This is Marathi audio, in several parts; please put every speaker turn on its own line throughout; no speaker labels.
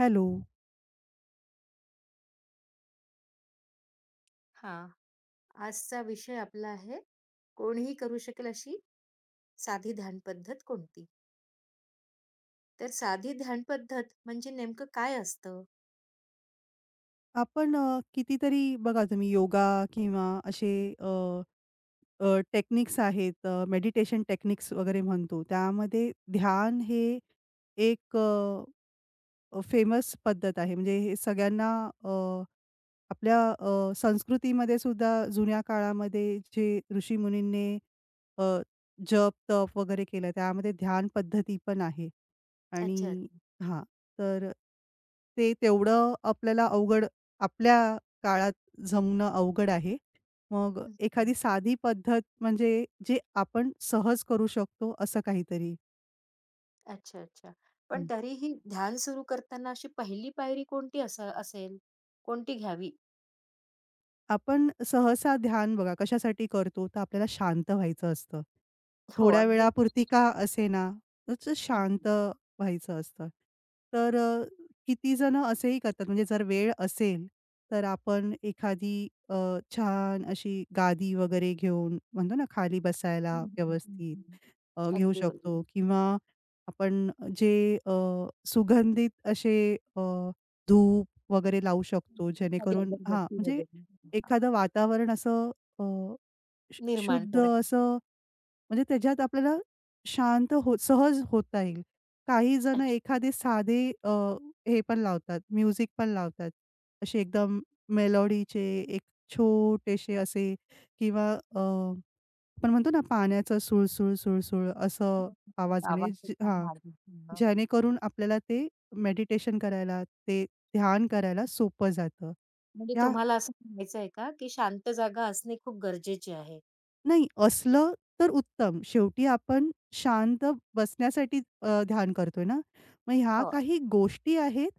हॅलो.
हां, आजचा विषय आपला आहे, कोणीही करू शकेल अशी साधी ध्यान पद्धत कोणती? तर साधी ध्यान पद्धत म्हणजे नेमकं काय असतं?
आपण कितीतरी बघा तुम्ही योगा किंवा असे अ, अ, टेक्निक्स आहेत, मेडिटेशन टेक्निक्स वगैरे म्हणतो. त्यामध्ये ध्यान हे एक फेमस पद्धत आहे. म्हणजे हे सगळ्यांना अ, आपल्या संस्कृतीमध्ये सुद्धा जुन्या काळामध्ये जे ऋषीमुनींनी अ, जप, तप वगैरे केलं त्यामध्ये ध्यान पद्धती पण आहे.
अच्छा.
आणि हां, तर ते तेवढं आपल्या काळात जमणं अवघड आहे. मग
हं, हं.
एखादी साधी पद्धत म्हणजे जे आपण सहज करू शकतो असं काहीतरी.
अच्छा, अच्छा. पण तरीही ध्यान सुरू करताना अशी पहिली पायरी कोणती असेल? कोणती घ्यावी?
आपण सहसा ध्यान बघा कशासाठी करतो? तर आपल्याला शांत व्हायचं असतं,
हो,
थोड्या
अगदी.
वेळापुरती का असेना. तर
हं, हं.
शांत व्हायचं असतं. तर किती जण असेही करतात, म्हणजे जर वेळ असेल, तर आपण एखादी छान अशी गादी वगैरे घेऊन, म्हणतो ना, खाली
हं,
बसायला
हं, हं,
व्यवस्थित
हं.
घेऊ
अगदी बरोबर.
शकतो. किंवा आपण जे सुगंधित असे धूप वगैरे लावू शकतो,
एखादी
जेणेकरून हां,
अगरबत्ती
म्हणजे
वगैरे.
एखादं वातावरण असं अ, शु
निर्माण
शुद्ध
करावी.
असं, म्हणजे त्याच्यात आपल्याला शांत हो सहज होता येईल. काही जण
अच्छा.
एखादे साधे हे पण लावतात, म्युझिक पण लावतात. असे एकदम मेलोडीचे एक छोटेसे असे, किंवा आपण म्हणतो ना, पाण्याचं सुळसुळ, सुळसुळ असं
हं, हं.
आवाजाने
आवाज.
ज हां, जेणेकरून आपल्याला ते मेडिटेशन करायला, ते ध्यान करायला सोपं जातं.
म्हणजे
या
तुम्हाला असं म्हणायचं आहे का, की शांत जागा असणे खूप गरजेचे आहे?
नाही, असलं तर उत्तम. शेवटी आपण शांत बसण्यासाठी ध्यान करतोय ना. मग ह्या
हो.
काही गोष्टी आहेत,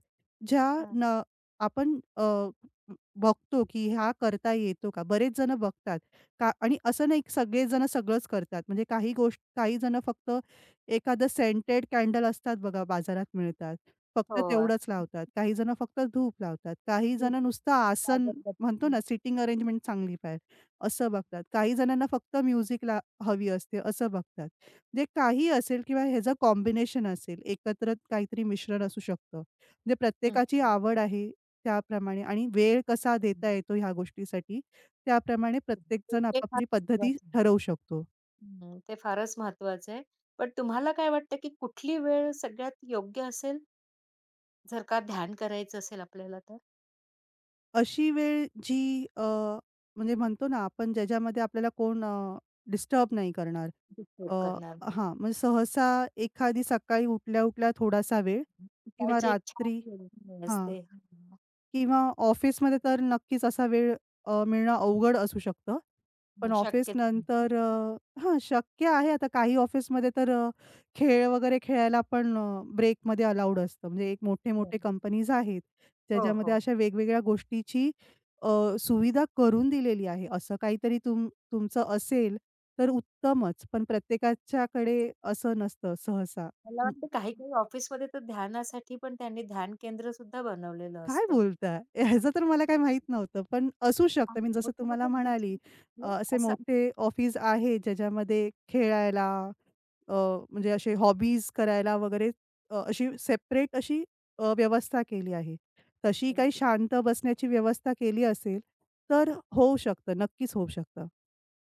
ज्या
हं.
न आपण बघतो, की ह्या करता येतो का. बरेच जण बघतात का, आणि असं नाही की सगळेजण सगळंच करतात. म्हणजे काही गोष्ट काही जण फक्त, एखादं सेंटेड कॅन्डल असतात बघा, बाजारात मिळतात. फक्त
हो,
तेवढंच लावतात. काही जण फक्त धूप लावतात. काही जण
अगदी
नुसतं आसन,
सादर गत.
म्हणतो
हं,
ना, सिटिंग अरेंजमेंट चांगली पाहिजे, असं बघतात. काही जणांना फक्त म्युझिक ला हवी असते, असं बघतात. म्हणजे काही असेल किंवा ह्याचं कॉम्बिनेशन असेल, एकत्र काहीतरी मिश्रण असू शकतं. म्हणजे प्रत्येकाची आवड आहे त्याप्रमाणे, आणि वेळ कसा देता येतो ह्या गोष्टीसाठी, त्याप्रमाणे
ते
प्रत्येकजण
ते फार
आपापली पद्धती
महत्वाचं आहे.
ठरवू शकतो.
हं, ते फारच महत्वाचं आहे. पण तुम्हाला काय वाटतं, की कुठली वेळ सगळ्यात योग्य असेल, जर का ध्यान करायचं असेल आपल्याला तर?
अशी वेळ जी म्हणजे म्हणतो ना आपण, ज्याच्यामध्ये आपल्याला कोण डिस्टर्ब नाही करणार.
डिस्टर्ब
अ,
करणार नाही.
हां, म्हणजे सहसा एखादी सकाळी उठल्या-उठल्या थोडासा वेळ, किंवा
सकाळची एक
रात्री
छान वेळ
हां.
असते.
किंवा ऑफिसमध्ये तर नक्कीच असा वेळ मिळणं अवघड असू शकतं.
हं,
पण
शक्यच नाही.
ऑफिसनंतर हां, शक्य आहे. आता काही ऑफिसमध्ये तर खेळ वगैरे खेळायला पण ब्रेकमध्ये अलाउड असतं. म्हणजे एक मोठे-मोठे कंपनीज आहेत,
हो,
ज्याच्यामध्ये
हो.
अशा वेगवेगळ्या गोष्टीची अ, सुविधा करून दिलेली आहे. असं काहीतरी तुमचं असेल तर उत्तमच. पण प्रत्येकाच्याकडे असं नसतं सहसा.
मला वाटतं काही-काही ऑफिसमध्ये तर ध्यानासाठी पण त्यांनी ध्यान केंद्र सुद्धा बनवलेलं
काय
असतं.
बोलताय? ह्याचं तर मला काही माहीत नव्हतं. पण असू शकतं, मी
आणि
जसं तुम्हाला
मोठ्या-मोठ्या
म्हणाली,
इंडस्ट्रीजमध्ये
असे
असं असतं
मोठे ऑफिस आहे, ज्याच्यामध्ये खेळायला अ, म्हणजे असे हॉबीज करायला वगैरे अशी सेपरेट अशी व्यवस्था केली आहे. तशी काही
ते.
शांत बसण्याची व्यवस्था केली असेल, तर होऊ शकतं, नक्कीच होऊ शकतं.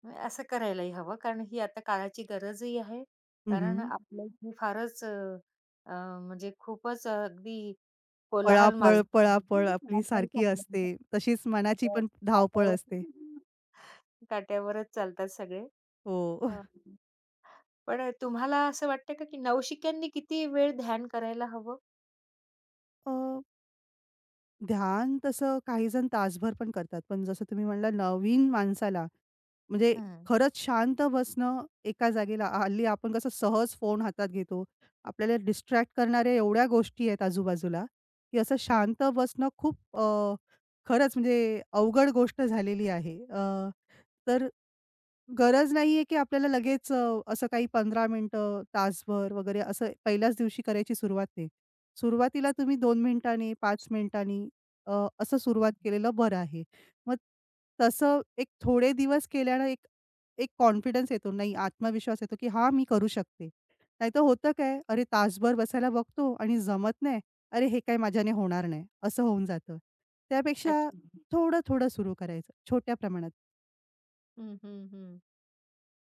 म्हणजे असं करायलाही हवं, कारण ही आता काळाची गरजही आहे. कारण
हं,
आपल्या इथे फारच अ, अ, म्हणजे खूपच अगदी कोलाहल माज.
पळापळ, पळापळ आपली सारखी असते. तशीच मनाची पण धावपळ असते.
काट्यावरच चालतात सगळे.
हो.
अ, पण तुम्हाला असं वाटतं का, की नवशिक्यांनी किती वेळ ध्यान करायला हवं?
अ ध्यान तसं काहीजण तासभर पण करतात. पण जसं तुम्ही म्हणला, नवीन माणसाला म्हणजे
हं,
खरंच शांत बसणं एका जागेला, हल्ली आपण कसं सहज फोन हातात घेतो. आपल्याला डिस्ट्रॅक्ट करणाऱ्या एवढ्या गोष्टी आहेत आजूबाजूला, की असं
हं.
शांत बसणं खूप खरंच म्हणजे अवघड गोष्ट झालेली आहे. तर गरज नाहीये की आपल्याला लगेच, असं काही 15 मिनिटं, तासभर वगैरे असं पहिल्याच दिवशी करायची सुरुवात नाही. सुरुवातीला तुम्ही 2 मिनिटांनी, 5 मिनिटांनी असं सुरुवात केलेलं बरं आहे. मग तसं एक थोडे दिवस केल्यानं एक एक कॉन्फिडन्स येतो. नाही, आत्मविश्वास येतो, की "हां, मी करू शकते." नाहीतर होतं काय, "अरे, तासभर बसायला बघतो आणि जमत नाही. अरे, हे काय माझ्याने होणार नाही." असं होऊन जातं. त्यापेक्षा
अच्छा.
थोडं-थोडं सुरू करायचं, छोट्या प्रमाणात.
हं, हं, हं.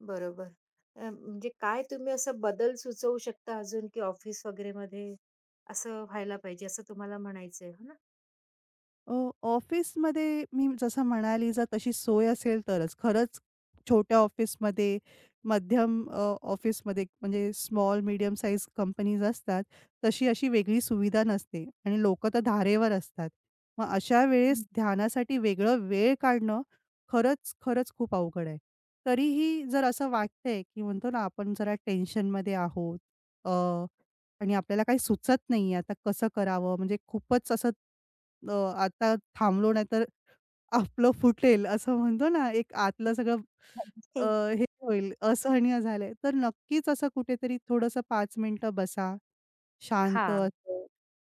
बरोबर. म्हणजे काय तुम्ही असा बदल सुचवू शकता अजून, की ऑफिस वगैरेमध्ये असं व्हायला पाहिजे, असं तुम्हाला म्हणायचंय, हो ना?
ऑफिसमध्ये मी जसं म्हणाली, जर तशी सोय असेल तरच. खरंच, छोट्या ऑफिसमध्ये, मध्यम ऑफिसमध्ये, म्हणजे स्मॉल मीडियम साईज कंपनीज असतात, तशी अशी वेगळी सुविधा नसते, आणि लोकं तर धारेवर असतात. मग अशा
हं.
वेळेस ध्यानासाठी वेगळं वेळ काढणं खरंच, खरंच खूप अवघड आहे. तरीही जर असं वाटतंय, की म्हणतो ना आपण, जरा टेन्शनमध्ये आहोत, आणि आपल्याला काही सुचत नाहीये, आता कसं करावं, म्हणजे खूपच असं अ, आता थांबलो नाही तर आपलं फुटेल, असं म्हणतो ना, एक आतलं सगळं अ, हे होईल, असहनीय झालंय. तर नक्कीच असं कुठेतरी थोडंसं 5 मिनिटं बसा, शांत
हां.
असं,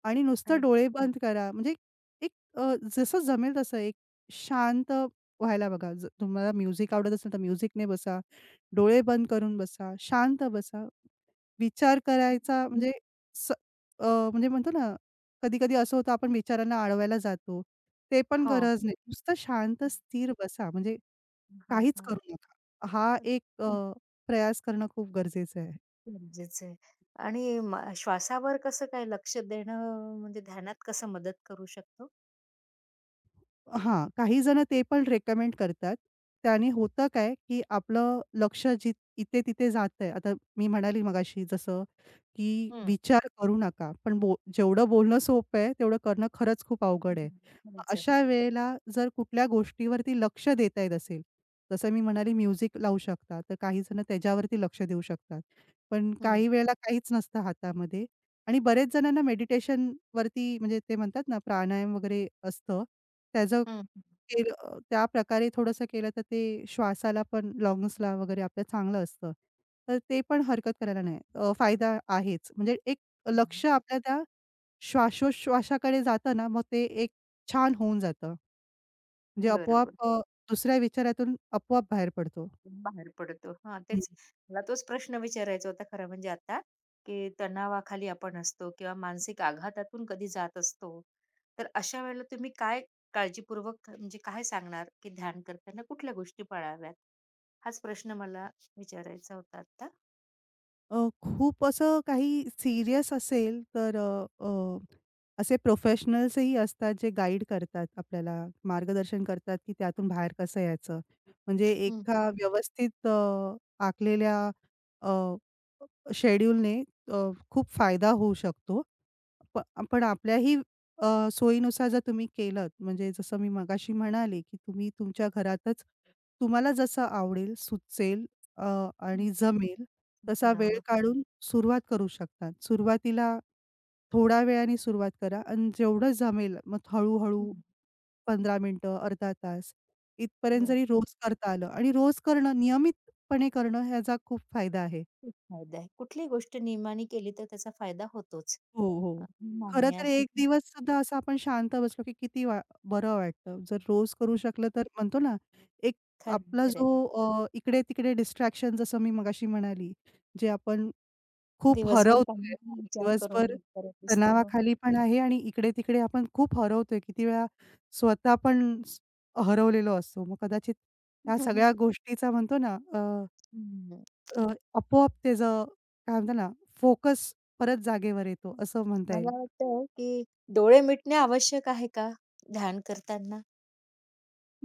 आणि
आणि
नुसतं डोळे बंद करा. म्हणजे एक जसं जमेल तसं एक शांत व्हायला बघा. तुम्हाला म्युझिक आवडत असेल तर म्युझिकने बसा. डोळे बंद करून बसा, शांत बसा. विचार करायचा म्हणजे स अ, म्हणजे म्हणतो ना, कधी-कधी असं होतं, आपण विचारांना अडवायला जातो. ते पण
हो.
गरज नाही. नुसतं शांत स्थिर बसा, म्हणजे
हां,
काहीच
हां.
करू नका. हा
अ,
एक प्रयास करणं खूप गरजेचं आहे.
गरजेचं आहे. आणि म श्वासावर कसं काय लक्ष देणं, म्हणजे ध्यानात कसं मदत करू शकतो?
हां, काही जण ते पण रेकमेंड करतात. त्याने होतं काय, की आपलं लक्ष इथे-तिथे जातंय. आता मी म्हणाली मगाशी जसं, की
हं.
विचार करू नका. पण जेवढं बोलणं सोपं आहे, तेवढं करणं खरंच खूप
हं,
अवघड आहे.
हं.
मग अशा वेळेला जर कुठल्या गोष्टीवरती लक्ष देता येत असेल, जसं मी म्हणाली म्युझिक लावू शकता, तर काही जण त्याच्यावरती लक्ष देऊ शकतात. पण काही वेळेला काहीच नसतं हातामध्ये, आणि बरेच जणांना मेडिटेशनवरती, म्हणजे ते म्हणतात ना, प्राणायाम वगैरे असतं. त्याचं त्या प्रकारे थोडंसं केलं तर ते श्वासाला पण, लंग्सला वगैरे आपल्या चांगलं असतं. तर ते पण हरकत करायला नाही. फायदा आहेच. म्हणजे एक लक्ष आपल्या त्या श्वासोश्वासाकडे जातं ना, मग ते एक छान होऊन जातं. म्हणजे आपोआप
बरोबर.
दुसऱ्या विचारातून आपोआप बाहेर पडतो.
बाहेर पडतो. हां, तेच मला तोच प्रश्न विचारायचा होता खरं म्हणजे आता, की तणावाखाली आपण असतो किंवा मानसिक आघातातून कधी जात असतो. तर अशा वेळेला तुम्ही काय काळजीपूर्वक म्हणजे काय सांगणार, की ध्यान करताना कुठल्या गोष्टी पाळाव्यात? हाच प्रश्न मला विचारायचा होता आता.
खूप असं काही सीरियस असेल तर, अ, अ, असे प्रोफेशनल्सही असतात जे गाईड करतात आपल्याला, मार्गदर्शन करतात, की त्यातून बाहेर कसं यायचं. म्हणजे
हं, हं.
एका व्यवस्थित आखलेल्या अ, शेड्यूलने अ, खूप फायदा होऊ शकतो. प पण आपल्याही सोयीनुसार जर तुम्ही केलंत, म्हणजे जसं मी मगाशी म्हणाले, की तुम्ही तुमच्या घरातच तुम्हाला जसं आवडेल, सुचेल अ, आणि जमेल,
काय
तसा वेळ
करावं?
काढून सुरुवात करू शकतात. सुरुवातीला थोड्या वेळाने सुरुवात करा, आणि जेवढं जमेल मग
हं,
हळू-हळू 15 मिनिटं, अर्धा तास, इथपर्यंत
बरं.
जरी रोज करता आलं, आणि रोज करणं, नियमितपणे करणं, ह्याचा खूप फायदा आहे.
खूप फायदा आहे. कुठलीही गोष्ट नियमाने केली तर त्याचा फायदा होतोच.
हो, हो.
हे
खरं
मान्य
तर
आहे.
एक दिवस सुद्धा असं आपण शांत बसलो की किती बरं वाटतं. जर रोज करू शकलं तर म्हणतो ना, एक
खरं
आपला
खरं
जो इकडे-तिकडे डिस्ट्रॅक्शन, जसं मी मगाशी म्हणाली, जे आपण खूप
दिवसभर
हरवतोय.
कामाचा
हो,
विचार करून
दिवसभर
करत असतो.
तणावाखाली पण आहे, आणि इकडे-तिकडे आपण खूप हरवतोय. किती वेळा स्वतः पण हरवलेलो असतो. मग कदाचित त्या
हं, हं.
सगळ्या गोष्टीचा म्हणतो ना, अ,
हं.
अ, आपोआप त्याचं काय म्हणतात ना, फोकस परत जागेवर येतो, असं म्हणता
मला
येईल.
वाटतं, की डोळे मिटणे आवश्यक आहे का ध्यान करताना?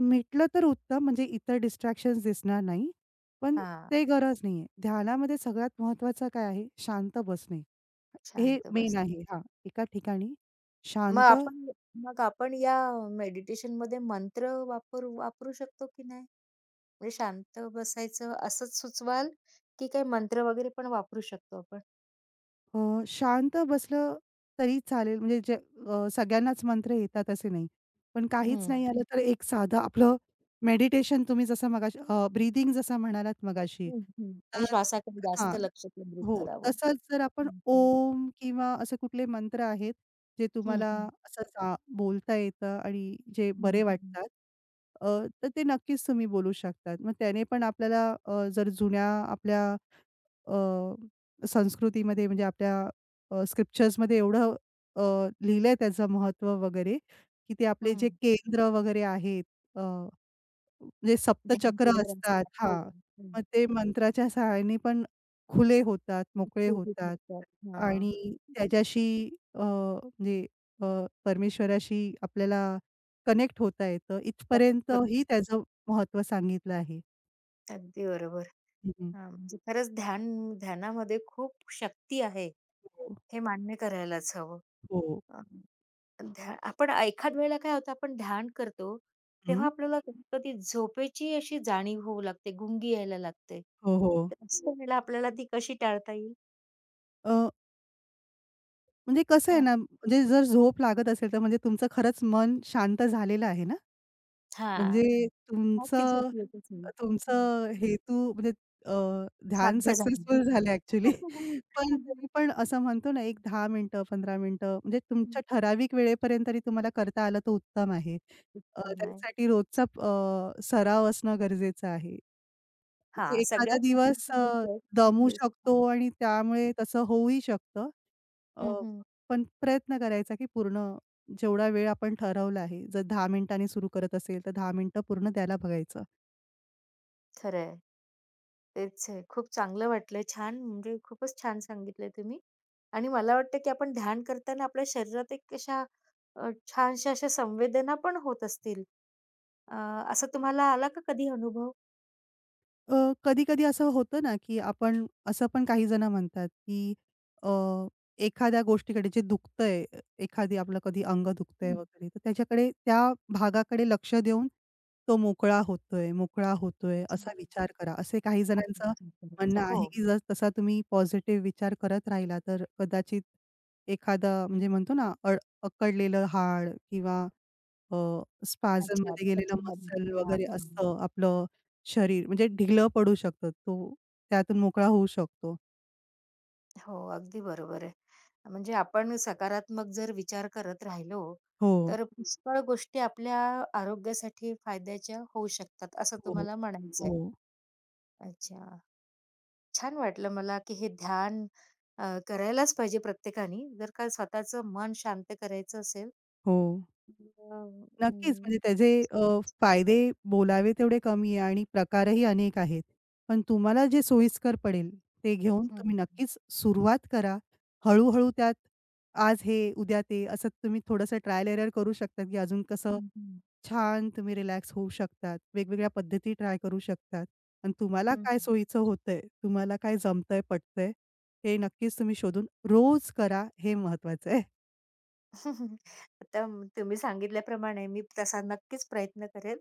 मिटलं तर उत्तम, म्हणजे इतर डिस्ट्रॅक्शन्स दिसणार नाही. पण
हां,
ते गरज नाहीये. ध्यानामध्ये सगळ्यात महत्वाचं काय आहे? शांत बसणे. हे
शांत
मेन
बस.
आहे. हां, एका ठिकाणी
मग
शांत
आपण मग आपण या मेडिटेशनमध्ये मंत्र वापरू शकतो की नाही? म्हणजे शांत बसायचं असंच सुचवाल, की काय मंत्र वगैरे पण वापरू शकतो आपण?
अ, शांत बसलं तरी चालेल. म्हणजे जे सगळ्यांनाच मंत्र येतात असे नाही. पण काहीच
हं.
नाही आलं तर एक साधं आपलं मेडिटेशन, तुम्ही जसं मगाशी ब्रीथिंग जसं म्हणालात मगाशी.
हं, हं. म्हणजे
तर
श्वासाकडे जास्त
हां.
लक्ष केंद्रित
हो.
करावं.
तसंच जर आपण
हं, हं.
ओम किंवा असे कुठले मंत्र आहेत जे
हं,
तुम्हाला
हं.
असं बोलता येतं आणि जे बरे
हं, हं.
वाटतात. अ, तर ते नक्कीच तुम्ही बोलू शकतात. मग त्याने पण आपल्याला, जर जुन्या आपल्या संस्कृतीमध्ये, म्हणजे आपल्या स्क्रिप्चर्समध्ये एवढं अ, लिहिलंय त्याचं महत्त्व वगैरे, की ते आपले
हं.
जे केंद्र वगैरे आहेत, अ, म्हणजे
ध्यान
सप्तचक्र
केंद्र
असतात,
असतात. हो.
हां.
हं.
मग ते मंत्राच्या सहाय्याने पण खुले होतात, मोकळे होतात,
हां.
आणि त्याच्याशी म्हणजे अ, परमेश्वराशी आपल्याला कनेक्ट होता येतं.
जास्त
इथपर्यंत
होत
ही
नाही.
त्याचं महत्त्व सांगितलं आहे.
अगदी बरोबर.
हं, हं.
हां, म्हणजे खरंच ध्यान ध्यानामध्ये खूप शक्ती आहे.
हो,
हे मान्य करायलाच हवं.
हो.
अ, ध्या आपण एखाद वेळेला काय होतं आपण ध्यान करतो, तेव्हा
हं.
आपल्याला कधी झोपेची अशी जाणीव होऊ लागते, गुंगी यायला लागते.
हो, हो.
तर अशा वेळेला आपल्याला ती कशी टाळता येईल?
अ म्हणजे कसं आहे
अ,
ना, म्हणजे जर झोप लागत असेल, तर म्हणजे तुमचं खरंच मन शांत झालेलं आहे ना?
हां,
म्हणजे
मग ती झोप
तुमचं
येतच नाही. हं,
तुमचं हेतू म्हणजे अ, ध्यान
साध्य
सक्सेसफुल झालं
झालं.
ॲक्चुअली. पण तरी पण असं म्हणतो ना, एक 10 मिनिटं, 15 मिनिटं, म्हणजे तुमच्या ठराविक वेळेपर्यंत तरी तुम्हाला करता आलं तर उत्तम आहे.
उत्तम आहे.
त्यासाठी रोजचा सराव असणं गरजेचं आहे. म्हणजे
हां,
एखादा
सगळ्यात
दिवस
महत्वाची गोष्ट
दमू
आहे.
शकतो, आणि त्यामुळे तसं होऊही शकतं. अ,
हं, हं.
पण प्रयत्न करायचा, की पूर्ण जेवढा वेळ आपण ठरवला आहे, जर 10 मिनिटांनी सुरू करत असेल, तर 10 मिनिटं पूर्ण द्यायला बघायचं.
खरंय. तेच आहे. खूप चांगलं वाटलं. छान म्हणजे खूपच छान सांगितलंय तुम्ही. आणि मला वाटतं, की आपण ध्यान करताना आपल्या शरीरात एक अशा छानशा अशा संवेदना पण होत असतील. अ, असा तुम्हाला आला का कधी अनुभव?
अ, कधी-कधी असं होतं ना, की आपण असं, पण काही जण म्हणतात, की अ, एखाद्या गोष्टीकडे जे दुखतंय, एखादी आपलं कधी अंग दुखतंय
हं.
वगैरे, तर त्याच्याकडे, त्या भागाकडे लक्ष देऊन तो मोकळा होतोय, मोकळा होतोय,
अच्छा,
असा विचार करा. असे काही जणांचं
अच्छा. अच्छा.
म्हणणं
हो.
आहे, की जर तसा तुम्ही पॉझिटिव्ह विचार करत राहिला, तर कदाचित एखादा, म्हणजे म्हणतो ना, अकडलेलं हाड, किंवा अ,
अच्छा.
स्पाझममध्ये गेलेलं
त्याच्यामध्ये
मसल
तुम्हाला
वगैरे
हां.
असतं आपलं शरीर, म्हणजे ढिगलं पडू शकतं. तो त्यातून मोकळा होऊ शकतो.
हो, अगदी बरोबर आहे. म्हणजे आपण सकारात्मक जर विचार करत राहिलो,
हो,
तर पुष्कळ गोष्टी आपल्या आरोग्यासाठी फायद्याच्या होऊ शकतात, असं
हो,
तुम्हाला म्हणायचंय.
हो,
अच्छा. छान वाटलं मला, की हे ध्यान करायलाच पाहिजे प्रत्येकाने. जर का स्वतःचं मन शांत करायचं असेल,
हो.
तर अं,
नक्कीच,
हं.
म्हणजे त्याचे फायदे बोलावे तेवढे कमी आहे, आणि प्रकारही अनेक आहेत. पण तुम्हाला जे सोयीस्कर पडेल, ते घेऊन
हं,
तुम्ही नक्कीच सुरुवात करा. हळू त्यात, आज हे, उद्या ते, असं तुम्ही थोडंसं ट्रायल एरर करू शकता, की अजून कसं
हं.
छान तुम्ही रिलॅक्स होऊ शकतात. वेगवेगळ्या पद्धती ट्राय करू शकतात, आणि तुम्हाला
हं,
काय सोयीचं होतंय, तुम्हाला काय जमतंय, पटतंय, हे नक्कीच तुम्ही शोधून रोज करा, हे महत्वाचं आहे.
हं. आता म- तुम्ही सांगितल्याप्रमाणे मी तसा नक्कीच प्रयत्न करेल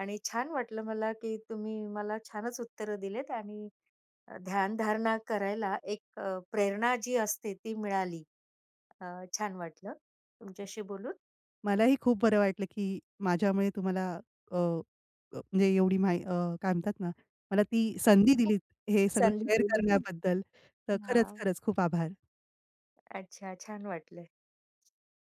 आणि छान वाटलं मला, की तुम्ही मला छानच उत्तरं दिलेत आणि ध्यानधारणा करायला एक प्रेरणा जी असते ती मिळाली. अ, छान वाटलं तुमच्याशी बोलून.
मलाही खूप बरं वाटलं, की माझ्यामुळे तुम्हाला अ, अ, म्हणजे एवढी माही काय म्हणतात ना, मला ती संधी दिलीत, हे सगळं
संधी
शेअर
दिली.
करण्याबद्दल. तर खरंच,
हां.
खरंच खूप आभार.
अच्छा, छान वाटलं.